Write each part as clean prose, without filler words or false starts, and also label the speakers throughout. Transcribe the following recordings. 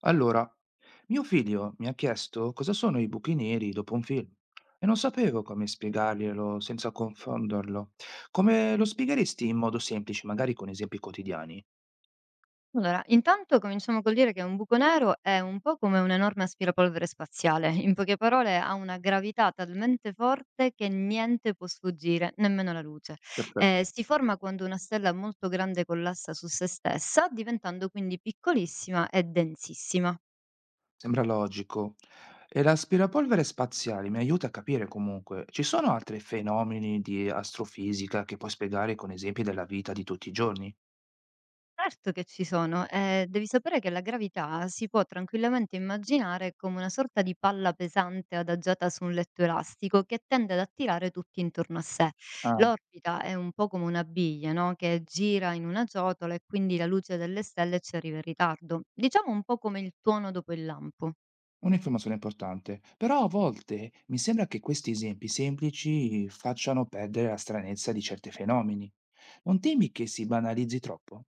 Speaker 1: Allora, mio figlio mi ha chiesto cosa sono i buchi neri dopo un film e non sapevo come spiegarglielo senza confonderlo. Come lo spiegheresti in modo semplice, magari con esempi quotidiani?
Speaker 2: Allora, intanto cominciamo col dire che un buco nero è un po' come un enorme aspirapolvere spaziale. In poche parole, ha una gravità talmente forte che niente può sfuggire, nemmeno la luce.
Speaker 1: Perfetto.
Speaker 2: Si forma quando una stella molto grande collassa su se stessa, diventando quindi piccolissima e densissima.
Speaker 1: Sembra logico. E l'aspirapolvere spaziale mi aiuta a capire comunque. Ci sono altri fenomeni di astrofisica che puoi spiegare con esempi della vita di tutti i giorni?
Speaker 2: Certo che ci sono. Devi sapere che la gravità si può tranquillamente immaginare come una sorta di palla pesante adagiata su un letto elastico che tende ad attirare tutti intorno a sé.
Speaker 1: Ah.
Speaker 2: L'orbita è un po' come una biglia, no, che gira in una ciotola e quindi la luce delle stelle ci arriva in ritardo. Diciamo un po' come il tuono dopo il lampo.
Speaker 1: Un'informazione importante, però a volte mi sembra che questi esempi semplici facciano perdere la stranezza di certi fenomeni. Non temi che si banalizzi troppo?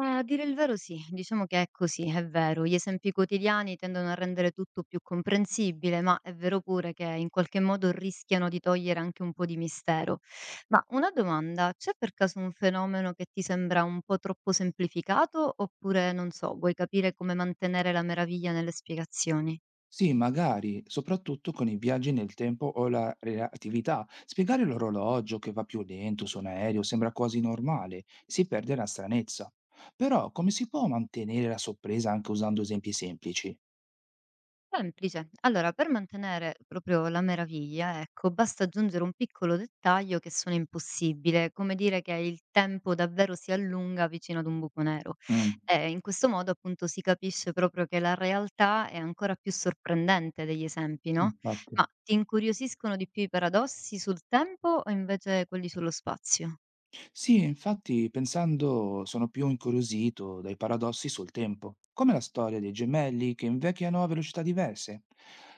Speaker 2: A dire il vero sì, diciamo che è così, è vero. Gli esempi quotidiani tendono a rendere tutto più comprensibile, ma è vero pure che in qualche modo rischiano di togliere anche un po' di mistero. Ma una domanda, c'è per caso un fenomeno che ti sembra un po' troppo semplificato oppure, non so, vuoi capire come mantenere la meraviglia nelle spiegazioni?
Speaker 1: Sì, magari, soprattutto con i viaggi nel tempo o la relatività. Spiegare l'orologio che va più lento su un aereo sembra quasi normale, si perde la stranezza. Però come si può mantenere la sorpresa anche usando esempi semplici?
Speaker 2: Semplice. Allora, per mantenere proprio la meraviglia, ecco, basta aggiungere un piccolo dettaglio che suona impossibile, come dire che il tempo davvero si allunga vicino ad un buco nero.
Speaker 1: Mm,
Speaker 2: E in questo modo, appunto, si capisce proprio che la realtà è ancora più sorprendente degli esempi, no?
Speaker 1: infatti.
Speaker 2: Ma ti incuriosiscono di più i paradossi sul tempo o invece quelli sullo spazio?
Speaker 1: Sì, e infatti, pensando, sono più incuriosito dai paradossi sul tempo, come la storia dei gemelli che invecchiano a velocità diverse.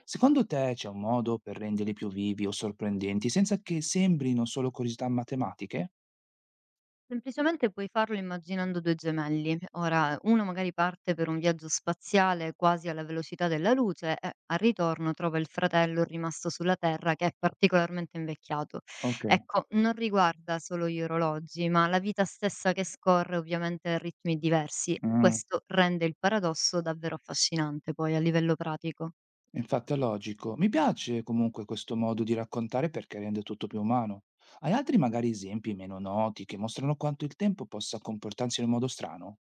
Speaker 1: Secondo te c'è un modo per renderli più vivi o sorprendenti senza che sembrino solo curiosità matematiche?
Speaker 2: Semplicemente puoi farlo immaginando 2 gemelli. Ora, uno magari parte per un viaggio spaziale quasi alla velocità della luce e al ritorno trova il fratello rimasto sulla Terra che è particolarmente invecchiato.
Speaker 1: Ok.
Speaker 2: Ecco, non riguarda solo gli orologi, ma la vita stessa che scorre ovviamente a ritmi diversi.
Speaker 1: Mm,
Speaker 2: Questo rende il paradosso davvero affascinante poi a livello pratico.
Speaker 1: infatti è logico. Mi piace comunque questo modo di raccontare perché rende tutto più umano. Hai altri magari esempi meno noti che mostrano quanto il tempo possa comportarsi in un modo strano?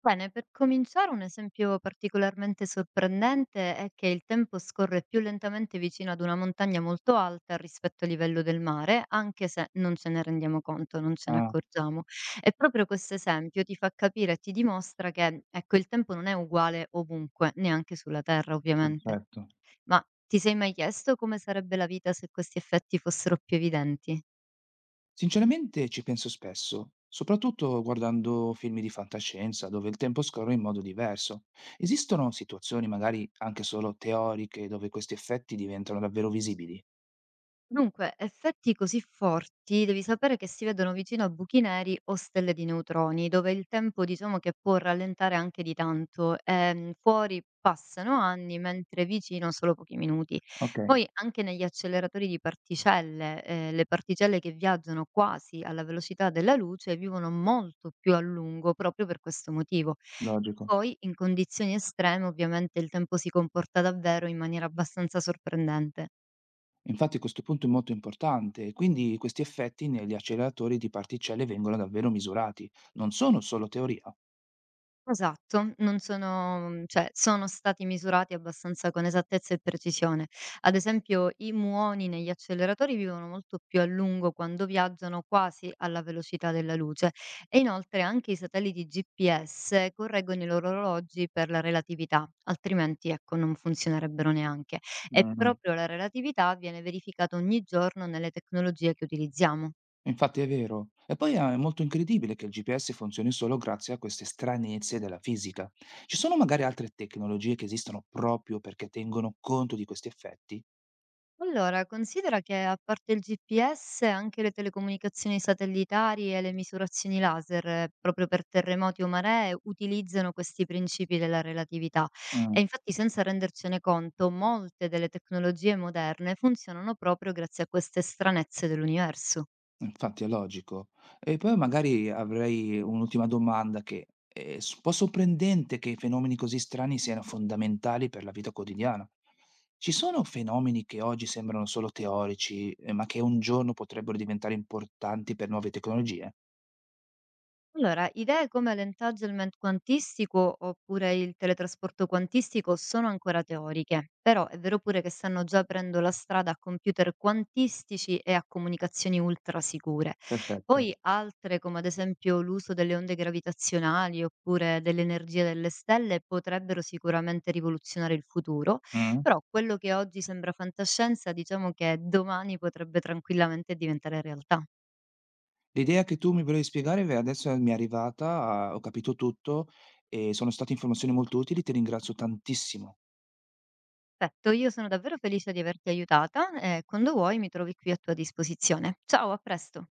Speaker 2: Bene, per cominciare un esempio particolarmente sorprendente è che il tempo scorre più lentamente vicino ad una montagna molto alta rispetto al livello del mare, anche se non ce ne rendiamo conto, non ce ne
Speaker 1: Ah,
Speaker 2: accorgiamo. E proprio questo esempio ti fa capire e ti dimostra che, ecco, il tempo non è uguale ovunque, neanche sulla Terra, ovviamente.
Speaker 1: perfetto.
Speaker 2: Ma ti sei mai chiesto come sarebbe la vita se questi effetti fossero più evidenti?
Speaker 1: Sinceramente ci penso spesso, soprattutto guardando film di fantascienza dove il tempo scorre in modo diverso. Esistono situazioni, magari anche solo teoriche, dove questi effetti diventano davvero visibili?
Speaker 2: Dunque, effetti così forti devi sapere che si vedono vicino a buchi neri o stelle di neutroni, dove il tempo diciamo che può rallentare anche di tanto. Fuori passano anni, mentre vicino solo pochi minuti.
Speaker 1: Ok,
Speaker 2: Poi anche negli acceleratori di particelle, le particelle che viaggiano quasi alla velocità della luce vivono molto più a lungo proprio per questo motivo.
Speaker 1: logico.
Speaker 2: Poi in condizioni estreme ovviamente il tempo si comporta davvero in maniera abbastanza sorprendente.
Speaker 1: Infatti questo punto è molto importante, quindi questi effetti negli acceleratori di particelle vengono davvero misurati, non sono solo teoria.
Speaker 2: Esatto, non sono cioè sono stati misurati abbastanza con esattezza e precisione. Ad esempio i muoni negli acceleratori vivono molto più a lungo quando viaggiano, quasi alla velocità della luce e inoltre anche i satelliti GPS correggono i loro orologi per la relatività, altrimenti ecco non funzionerebbero neanche. E proprio la relatività viene verificata ogni giorno nelle tecnologie che utilizziamo.
Speaker 1: Infatti è vero. E poi ah, è molto incredibile che il GPS funzioni solo grazie a queste stranezze della fisica. Ci sono magari altre tecnologie che esistono proprio perché tengono conto di questi effetti?
Speaker 2: Allora, considera che a parte il GPS, anche le telecomunicazioni satellitari e le misurazioni laser, proprio per terremoti o maree, utilizzano questi principi della relatività.
Speaker 1: Mm,
Speaker 2: E infatti, senza rendercene conto, molte delle tecnologie moderne funzionano proprio grazie a queste stranezze dell'universo.
Speaker 1: infatti è logico. E poi magari avrei un'ultima domanda che è un po' sorprendente che fenomeni così strani siano fondamentali per la vita quotidiana. Ci sono fenomeni che oggi sembrano solo teorici, ma che un giorno potrebbero diventare importanti per nuove tecnologie?
Speaker 2: Allora, idee come l'entanglement quantistico oppure il teletrasporto quantistico sono ancora teoriche, però è vero pure che stanno già aprendo la strada a computer quantistici e a comunicazioni ultrasicure.
Speaker 1: Perfetto.
Speaker 2: Poi altre, come ad esempio l'uso delle onde gravitazionali oppure dell'energia delle stelle, potrebbero sicuramente rivoluzionare il futuro,
Speaker 1: Mm.
Speaker 2: però quello che oggi sembra fantascienza, diciamo che domani potrebbe tranquillamente diventare realtà.
Speaker 1: L'idea che tu mi volevi spiegare ve adesso mi è arrivata, ho capito tutto e sono state informazioni molto utili, ti ringrazio tantissimo.
Speaker 2: Perfetto, io sono davvero felice di averti aiutata e quando vuoi mi trovi qui a tua disposizione. Ciao, a presto.